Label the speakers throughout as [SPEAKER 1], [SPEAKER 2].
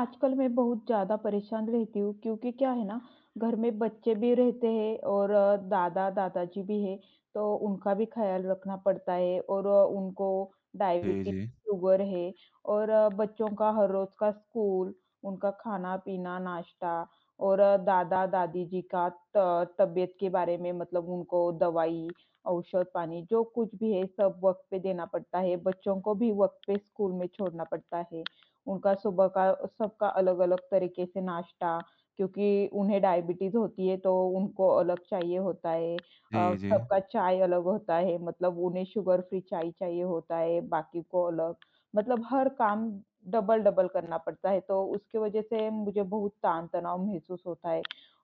[SPEAKER 1] आजकल मैं बहुत ज़्यादा परेशान रहती हूँ क्योंकि क्या है ना, घर में बच्चे भी रहते हैं और दादा-दादाजी भी हैं, तो उनका भी ख़्याल रखना पड़ता है और उनको
[SPEAKER 2] जी,
[SPEAKER 1] डायबिटीज़,
[SPEAKER 2] जी।
[SPEAKER 1] शुगर है और बच्चों का हर रोज़ का स्कूल, उनका खाना-पीना, नाश्ता और दादा-दादी जी का त तबीयत के बारे में मतलब उनको दवाई, औषध पानी जो कुछ भी है, सब वक़्त पे देना पड़ता है। बच्चों को भी वक़्त पे स्कूल में छोड़ना पड़ता है। उनका सुबह का सबका अलग-अलग तरीके से नाश्ता, क्योंकि उन्हें डायबिटीज़ होती है, तो उनको अलग चाहिए होता है।
[SPEAKER 2] जी, जी।
[SPEAKER 1] सबका चाय अलग होता है, मतलब उन्हें शुगर फ्री चाय चाहिए होता है, बाकी को अलग। मतलब हर काम डबल-डबल करना पड़ता है, तो उसकी वजह से मुझे बहुत तान-तनाव महसूस होता है।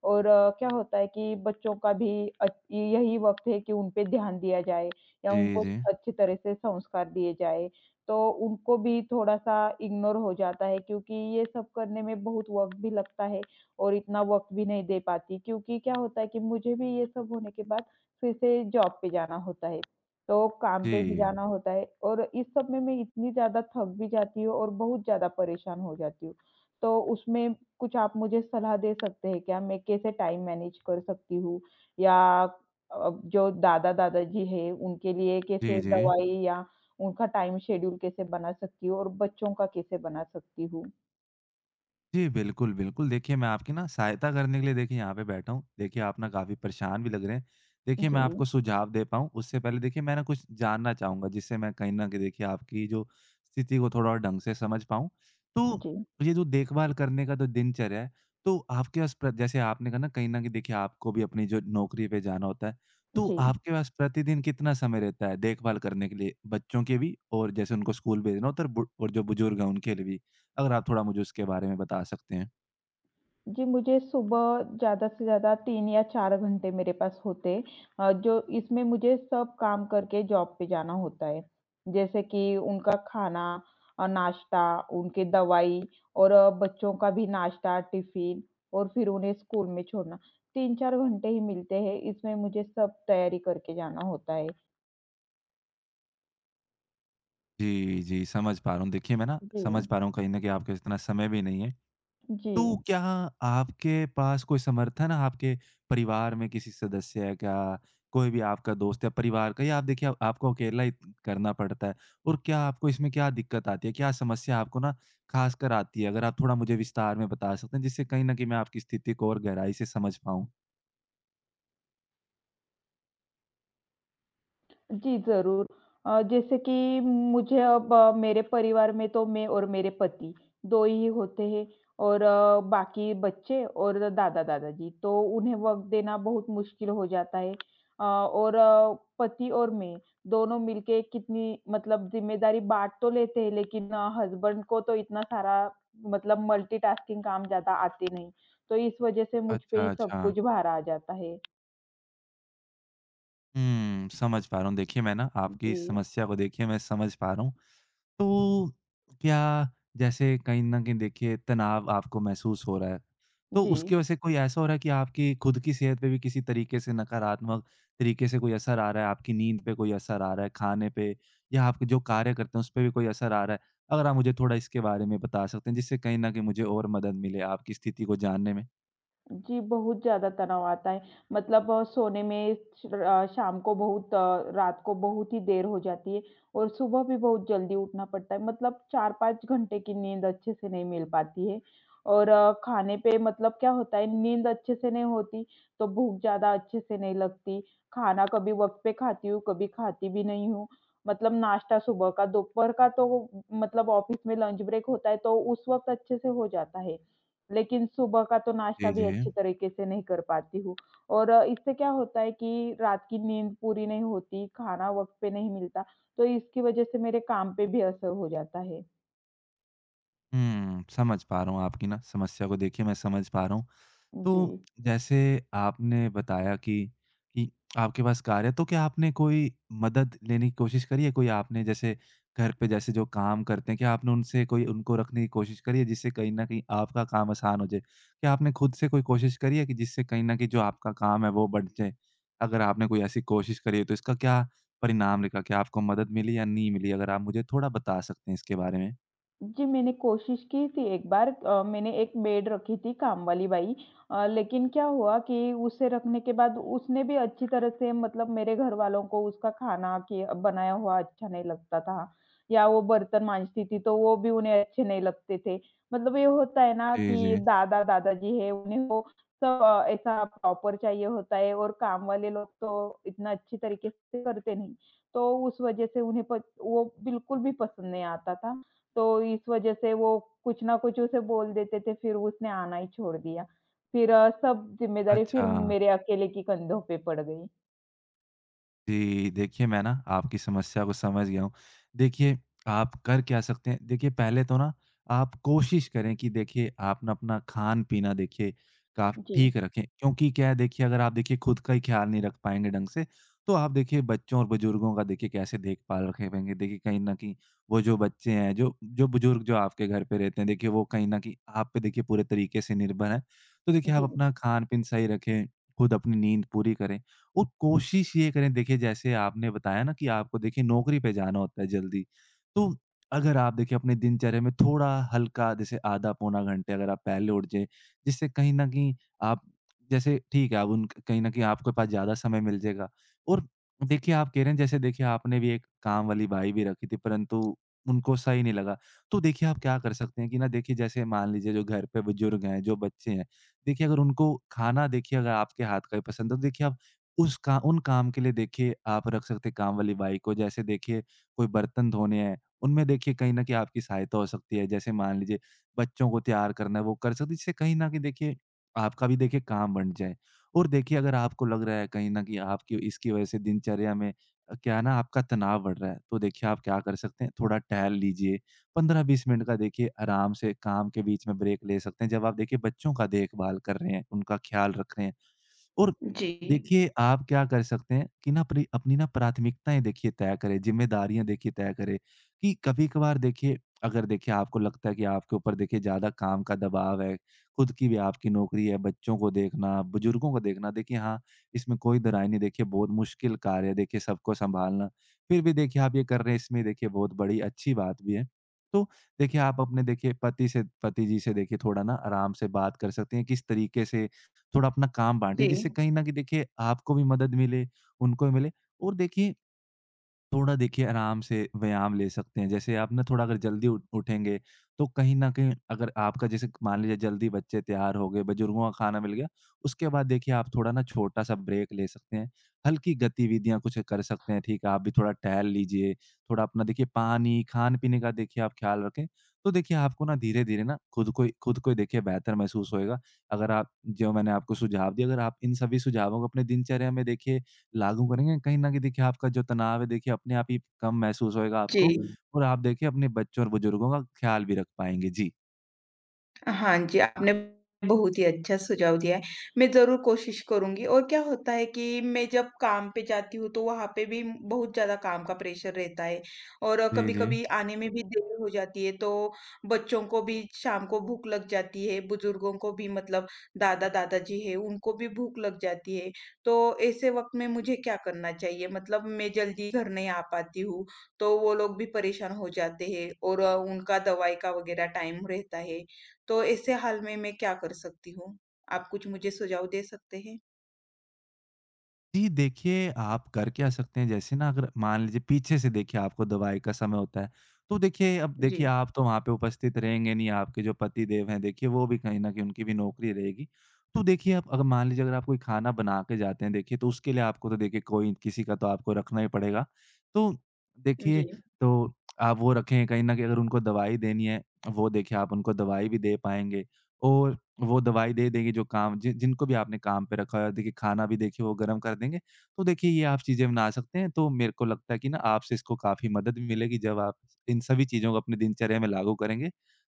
[SPEAKER 1] और क्या होता है कि बच्चों का भी यही वक़्त है कि उन पे ध्यान दिया जाए या
[SPEAKER 2] जी,
[SPEAKER 1] उनको
[SPEAKER 2] जी।
[SPEAKER 1] अच्छी तरह से संस्कार दिए जाए। तो उनको भी थोड़ा-सा इग्नोर हो जाता है क्योंकि ये सब करने में बहुत वक़्त भी लगता है और इतना वक़्त भी नहीं दे पाती क्योंकि क्या होता है कि मुझे भी ये सब होने के बाद फिर से जॉब पे जाना होता है। तो काम पे भी
[SPEAKER 2] जी।
[SPEAKER 1] जाना होता है और इस सब में मैं इतनी ज़्यादा थक भी जाती हूँ और बहुत ज़्यादा परेशान हो जाती हूँ। तो उसमें कुछ आप मुझे सलाह दे सकते हैं क्या? मैं कैसे टाइम मैनेज कर सकती हूँ या जो दादा-दादाजी हैं उनके लिए कैसे
[SPEAKER 2] जी, जी।
[SPEAKER 1] दवाई या उनका टाइम शेड्यूल कैसे बना सकती हूँ और बच्चों का कैसे बना सकती हूँ?
[SPEAKER 2] जी, बिल्कुल, बिल्कुल। देखिए, मैं आपकी ना सहायता करने के लिए देखिए यहाँ पे बैठा हूँ। देखिए, आप ना काफ़ी परेशान भी लग रहे हैं। देखिए, मैं
[SPEAKER 1] जी,
[SPEAKER 2] आपको सुझाव दे पाऊँ, उससे पहले देखिए मैं ना कुछ जानना चाहूँगा, जिससे मैं कहीं न कहीं देखिए आपकी जो स्थिति को थोड़ा और ढंग से समझ पाऊँ। तो
[SPEAKER 1] जी,
[SPEAKER 2] ये जो देखभाल करने का जो दिनचर्या है, तो आपके पास प्र जैसे आपने कहा ना कहीं न कहीं देखिए आपको भी अपनी जो नौकरी पे जाना होता है, तो
[SPEAKER 1] जी।
[SPEAKER 2] आपके पास प्रतिदिन कितना समय रहता है देखभाल करने के लिए? बच्चों के भी और जैसे उनको स्कूल भेजना होता है और बु और जो बुजुर्ग हैं उनके लिए भी। अगर आप थोड़ा मुझे उसके बारे में बता सकते हैं।
[SPEAKER 1] जी, मुझे सुबह ज़्यादा से ज़्यादा 3 या 4 घंटे मेरे पास होते जो इसमें मुझे सब काम करके जॉब पे जाना होता है। जैसे कि उनका खाना नाश्ता, उनकी दवाई और बच्चों का भी नाश्ता, टिफ़िन और फिर उन्हें स्कूल में छोड़ना। 3-4 घंटे ही मिलते हैं, इसमें मुझे सब तैयारी करके जाना होता है।
[SPEAKER 2] जी, जी, समझ पा रहा हूँ। देखिए, मैं ना समझ
[SPEAKER 1] जी,
[SPEAKER 2] पा रहा हूँ कहीं न कहीं आपके पास इतना समय भी नहीं है।
[SPEAKER 1] जी।
[SPEAKER 2] तो क्या आपके पास कोई समर्थन है आपके परिवार में किसी सदस्य है क्या? कोई भी आपका दोस्त या परिवार का या आप देखिए आपको अकेला ही करना पड़ता है और क्या आपको इसमें क्या दिक्कत आती है? क्या समस्या आपको ना ख़ासकर आती है? अगर आप थोड़ा मुझे विस्तार में बता सकते हैं जिससे कहीं न कहीं मैं आपकी स्थिति को और गहराई से समझ पाऊँ।
[SPEAKER 1] जी, ज़रूर। जैसे कि मुझे अब मेरे परिवार में तो मैं और मेरे पति 2 ही होते हैं और बाकी बच्चे और दादा-दादा जी, तो उन्हें वक़्त देना बहुत मुश्किल हो जाता है। और पति और मैं दोनों मिलके कितनी मतलब ज़िम्मेदारी बाँट तो लेते हैं, लेकिन हस्बैंड को तो इतना सारा मतलब मल्टीटास्किंग काम ज़्यादा आते नहीं, तो इस वज़ह से मुझ पे ही
[SPEAKER 2] अच्छा,
[SPEAKER 1] सब
[SPEAKER 2] अच्छा।
[SPEAKER 1] कुछ भार आ जाता है।
[SPEAKER 2] हुँ, समझ पा रहा हूँ। देखिए, मैं ना आपकी इस
[SPEAKER 1] जी,
[SPEAKER 2] समस्या को देखिए मैं समझ पा रहा हूँ। तो क्या जैसे कहीं न कहीं देखिए तनाव आपको महसूस हो रहा है, तो
[SPEAKER 1] जी।
[SPEAKER 2] उसकी वजह से कोई ऐसा हो रहा है कि आपकी खुद की सेहत पे भी किसी तरीके से नकारात्मक तरीके से कोई असर आ रहा है? आपकी नींद पे कोई असर आ रहा है, खाने पे या आप जो कार्य करते हैं उस पे भी कोई असर आ रहा है? अगर आप मुझे थोड़ा इसके बारे में बता सकते हैं जिससे कहीं न कहीं मुझे और मदद मिले आपकी स्थिति को जानने में।
[SPEAKER 1] जी, बहुत ज़्यादा तनाव आता है। मतलब सोने में शाम को बहुत रात को बहुत ही देर हो जाती है और सुबह भी बहुत जल्दी उठना पड़ता है। मतलब 4-5 घंटे की नींद अच्छे से नहीं मिल पाती है और खाने पे मतलब क्या होता है, नींद अच्छे से नहीं होती, तो भूख ज़्यादा अच्छे से नहीं लगती। खाना कभी वक़्त पे खाती हूँ, कभी खाती भी नहीं हूँ। मतलब नाश्ता सुबह का, दोपहर का तो मतलब ऑफ़िस में लंच ब्रेक होता है, तो उस वक़्त अच्छे से हो जाता है। लेकिन सुबह का तो नाश्ता
[SPEAKER 2] जी,
[SPEAKER 1] भी
[SPEAKER 2] जी।
[SPEAKER 1] अच्छी तरीके से नहीं कर पाती हूँ और इससे क्या होता है कि रात की नींद पूरी नहीं होती, खाना वक़्त पे नहीं मिलता, तो इसकी वज़ह से मेरे काम पे भी असर हो जाता है।
[SPEAKER 2] हुँ, समझ पा रहा हूँ आपकी ना समस्या को देखिए मैं समझ पा रहा हूँ।
[SPEAKER 1] जी।
[SPEAKER 2] तो जैसे आपने बताया कि आपके पास कार है, तो क्या आपने कोई मदद लेने की कोशिश करी है? कोई आपने जैसे घर पे जैसे जो काम करते हैं, क्या आपने उनसे कोई उनको रखने की कोशिश करी है, जिससे कहीं न कहीं आपका काम आसान हो जाए? क्या आपने खुद से कोई कोशिश करी है कि जिससे कहीं न कहीं जो आपका काम है, वो बढ़ जाए? अगर आपने कोई ऐसी कोशिश करी है, तो इसका क्या परिणाम निकला? क्या आपको मदद मिली या नहीं मिली? अगर आप मुझे थोड़ा बता सकते हैं इसके बारे में।
[SPEAKER 1] जी, मैंने कोशिश की थी एक बार मैंने एक मेड रखी थी काम वाली बाई लेकिन क्या हुआ कि उसे रखने के बाद उसने भी अच्छी तरह से मतलब मेरे घरवालों को उसका खाना कि बनाया हुआ अच्छा नहीं लगता था, या वो बर्तन माँजती थी तो वो भी उन्हें अच्छे नहीं लगते थे। मतलब ये होता है ना
[SPEAKER 2] जी,
[SPEAKER 1] कि
[SPEAKER 2] जी।
[SPEAKER 1] दादा, दादाजी हैं उन्हें वो सब ऐसा प्रॉपर चाहिए होता है और काम वाले लोग तो इतना अच्छी तरीके से करते नहीं। तो उस वज़ह से उन्हें प वो बिल्कुल भी पसंद नहीं आता था। तो इस वज़ह से वो कुछ ना कुछ उसे बोल देते थे, फिर उसने आना ही छोड़ दिया। फिर सब ज़िम्मेदारी फिर
[SPEAKER 2] अच्छा।
[SPEAKER 1] मेरे अकेले के कंधों पे पड़ गई।
[SPEAKER 2] जी, देखिए मैं ना आपकी समस्या को समझ गया हूँ। देखिए, आप कर क्या सकते हैं देखिए पहले तो ना आप कोशिश करें कि देखिए आप ना अपना खान-पीना देखिए काफ़
[SPEAKER 1] जी,
[SPEAKER 2] ठीक रखें। क्योंकि क्या है देखिए अगर आप देखिए खुद का ही ख़्याल नहीं रख पाएँगे ढंग से, तो आप देखिए बच्चों और बुज़ुर्गों का देखिए कैसे देखभाल रख पाएँगे। देखिए कहीं न कहीं वो जो बच्चे हैं, जो जो बुज़ुर्ग जो आपके घर पे रहते हैं देखिए वो कहीं न कहीं आप पे देखिए पूरे तरीके से निर्भर हैं। तो देखिए आप
[SPEAKER 1] जी।
[SPEAKER 2] अपना खान-पीन सही रखें, खुद अपनी नींद पूरी करें। और कोशिश ये करें देखिए जैसे आपने बताया ना कि आपको देखिए नौकरी पे जाना होता है जल्दी। तो अगर आप देखिए अपने दिनचर्या में थोड़ा हल्का जैसे आधा पौना घंटे अगर आप पहले उठ जाएँ, जिससे कहीं न कहीं आप जैसे ठीक है आप उन कहीं न कहीं आपके पास ज़्यादा समय मिल जाएगा। और देखिए आप कह रहे हैं जैसे देखिए आपने भी एक काम वाली बाई भी रखी थी परंतु उनको सही नहीं लगा। तो देखिए आप क्या कर सकते हैं कि ना देखिए जैसे मान लीजिए जो घर पे बुजुर्ग हैं, जो बच्चे हैं, देखिए अगर उनको खाना देखिए अगर आपके हाथ का ही पसंद है तो देखिए आप उस का उन काम के लिए देखिए आप रख सकते हैं काम वाली बाई को। जैसे देखिए कोई बर्तन धोने हैं, उनमें देखिए कहीं न कहीं आपकी सहायता हो सकती है। जैसे मान लीजिए बच्चों को तैयार करना है, वो कर सकती है। इससे कहीं न कहीं देखिए आपका भी देखिए काम बँट जाए। और देखिए अगर आपको लग रहा है कहीं न कहीं आपकी इसकी वज़ह से दिनचर्या में क्या है ना आपका तनाव बढ़ रहा है, तो देखिए आप क्या कर सकते हैं, थोड़ा टहल लीजिए। 15-20 मिनट का देखिए आराम से काम के बीच में ब्रेक ले सकते हैं। जब आप देखिए बच्चों का देखभाल कर रहे हैं, उनका ख़्याल रख रहे हैं। और
[SPEAKER 1] जी,
[SPEAKER 2] देखिए, आप क्या कर सकते हैं कि ना अपनी अपनी ना प्राथमिकताएँ देखिए तय करें, ज़िम्मेदारियाँ देखिए तय करें कि कभी-कभार देखिए अगर देखिए आपको लगता है कि आपके ऊपर देखिए ज़्यादा काम का दबाव है, खुद की भी आपकी नौकरी है, बच्चों को देखना, बुजुर्गों को देखना, देखिए हाँ, इसमें कोई दराय नहीं देखिए बहुत मुश्किल कार्य है देखिए सबको सँभालना। फिर भी देखिए आप ये कर रहे हैं इसमें देखिए बहुत बड़ी अच्छी बात भी है। तो देखिए आप अपने देखिए पति से पति जी से देखिए थोड़ा ना आराम से बात कर सकते हैं, किस तरीके से थोड़ा अपना काम
[SPEAKER 1] जी,
[SPEAKER 2] बाँटे, जिससे कहीं न कहीं देखिए आपको भी मदद मिले, उनको भी मिले और देखिए थोड़ा देखिए आराम से व्यायाम ले सकते हैं। जैसे आप ना थोड़ा अगर जल्दी उठ उठेंगे, तो कहीं न कहीं अगर आपका जैसे मान लीजिए जल्दी बच्चे तैयार हो गए, बुजुर्गों का खाना मिल गया, उसके बाद देखिए आप थोड़ा ना छोटा-सा ब्रेक ले सकते हैं। हल्की गतिविधियाँ कुछ कर सकते हैं, ठीक है? आप भी थोड़ा टहल लीजिए, थोड़ा अपना देखिए पानी, खान-पीने का देखिए आप ख़्याल रखें। तो देखिए आपको ना धीरे-धीरे ना खुद को ही देखिए बेहतर महसूस होएगा। अगर आप जो मैंने आपको सुझाव दिए, अगर आप इन सभी सुझावों को अपने दिनचर्या में देखिए लागू करेंगे, कहीं न कहीं देखिए आपका जो तनाव है देखिए अपने आप ही कम महसूस होएगा
[SPEAKER 1] जी।
[SPEAKER 2] आपको और आप देखिए अपने बच्चों और बुजुर्गों का ख़्याल भी रख पाएँगे। जी।
[SPEAKER 1] हाँ जी, आपने बहुत ही अच्छा सुझाव दिया है। मैं ज़रूर कोशिश करूँगी और क्या होता है कि मैं जब काम पे जाती हूँ तो वहाँ पे भी बहुत ज़्यादा काम का प्रेशर रहता है और
[SPEAKER 2] जी, जी।
[SPEAKER 1] कभी-कभी आने में भी देर हो जाती है तो बच्चों को भी शाम को भूख लग जाती है, बुजुर्गों को भी मतलब दादा-दादाजी हैं उनको भी भूख लग जाती है। तो ऐसे वक़्त में मुझे क्या करना चाहिए? मतलब मैं जल्दी घर नहीं आ पाती हूँ, तो वो लोग भी परेशान हो जाते हैं और उनका दवाई का वग़ैरह टाइम रहता है। तो ऐसे हाल में मैं क्या कर सकती हूँ? आप कुछ मुझे सुझाव दे सकते हैं?
[SPEAKER 2] जी, देखिए आप कर क्या सकते हैं जैसे ना अगर मान लीजिए पीछे से देखिए आपको दवाई का समय होता है, तो देखिए अब देखिए
[SPEAKER 1] जी,
[SPEAKER 2] आप तो वहाँ पे उपस्थित रहेंगे नहीं, आपके जो पतिदेव हैं देखिए वो भी कहीं न कहीं उनकी भी नौकरी रहेगी। तो देखिए आप अगर मान लीजिए अगर आप कोई खाना बना के जाते हैं देखिए, तो उसके लिए आपको तो देखिए कोई किसी का तो आपको रखना ही पड़ेगा। तो
[SPEAKER 1] जी।
[SPEAKER 2] देखिए, तो आप वो रखें कहीं न कहीं अगर उनको दवाई देनी है, वो देखिए आप उनको दवाई भी दे पाएँगे। और वो दवाई दे देंगे जो काम जिनको भी आपने काम पे रखा है, देखिए खाना भी देखिए वो गरम कर देंगे। तो देखिए ये आप चीज़ें बना सकते हैं, तो मेरे को लगता है कि ना आपसे इसको काफ़ी मदद मिलेगी जब आप इन सभी चीज़ों को अपनी दिनचर्या में लागू करेंगे।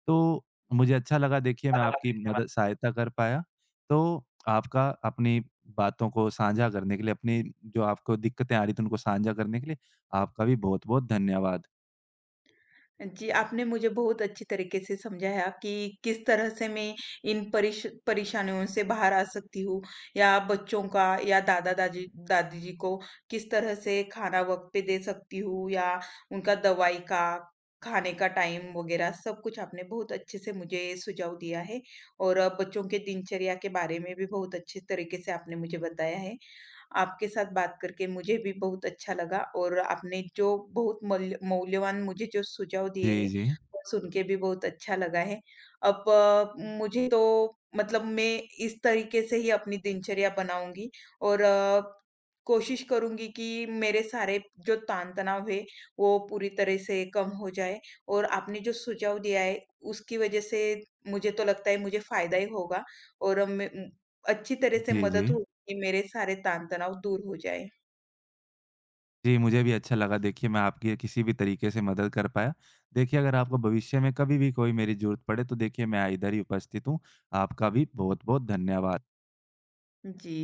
[SPEAKER 2] तो मुझे अच्छा लगा देखिए मैं
[SPEAKER 1] हाँ,
[SPEAKER 2] आपकी
[SPEAKER 1] देखिए मैम
[SPEAKER 2] मदद सहायता कर पाया। तो आपका अपनी बातों को साझा करने के लिए, अपनी जो आपको दिक्कतें आ रही थी उनको साझा करने के लिए आपका भी बहुत-बहुत धन्यवाद।
[SPEAKER 1] जी, आपने मुझे बहुत अच्छी तरीके से समझाया कि किस तरह से मैं इन परेशानियों से बाहर आ सकती हूँ या बच्चों का या दादा-दाजी दादी दादी जी को किस तरह से खाना वक़्त पे दे सकती हूँ या उनका दवाई का, खाने का टाइम वग़ैरह सब कुछ आपने बहुत अच्छे से मुझे सुझाव दिया है और बच्चों के दिनचर्या के बारे में भी बहुत अच्छे तरीके से आपने मुझे बताया है। आपके साथ बात करके मुझे भी बहुत अच्छा लगा और आपने जो बहुत मूल्य मौल्यवान मुझे जो सुझाव दिए
[SPEAKER 2] जी,
[SPEAKER 1] हैं,
[SPEAKER 2] जी।
[SPEAKER 1] वो सुन के भी बहुत अच्छा लगा है। अब मुझे तो मतलब मैं इस तरीके से ही अपनी दिनचर्या बनाऊँगी और कोशिश करूँगी कि मेरे सारे जो तान-तनाव है, वो पूरी तरह से कम हो जाए और आपने जो सुझाव दिया है, उसकी वजह से मुझे तो लगता है मुझे फ़ायदा ही होगा और मैं अच्छी तरह से
[SPEAKER 2] जी,
[SPEAKER 1] मदद
[SPEAKER 2] जी।
[SPEAKER 1] हो कि मेरे सारे तान-तनाव दूर हो जाएँ।
[SPEAKER 2] जी, मुझे भी अच्छा लगा देखिए मैं आपकी किसी भी तरीके से मदद कर पाया। देखिए अगर आपको भविष्य में कभी भी कोई मेरी ज़रूरत पड़े तो देखिए मैं इधर ही उपस्थित हूँ। आपका भी बहुत-बहुत धन्यवाद।
[SPEAKER 1] जी।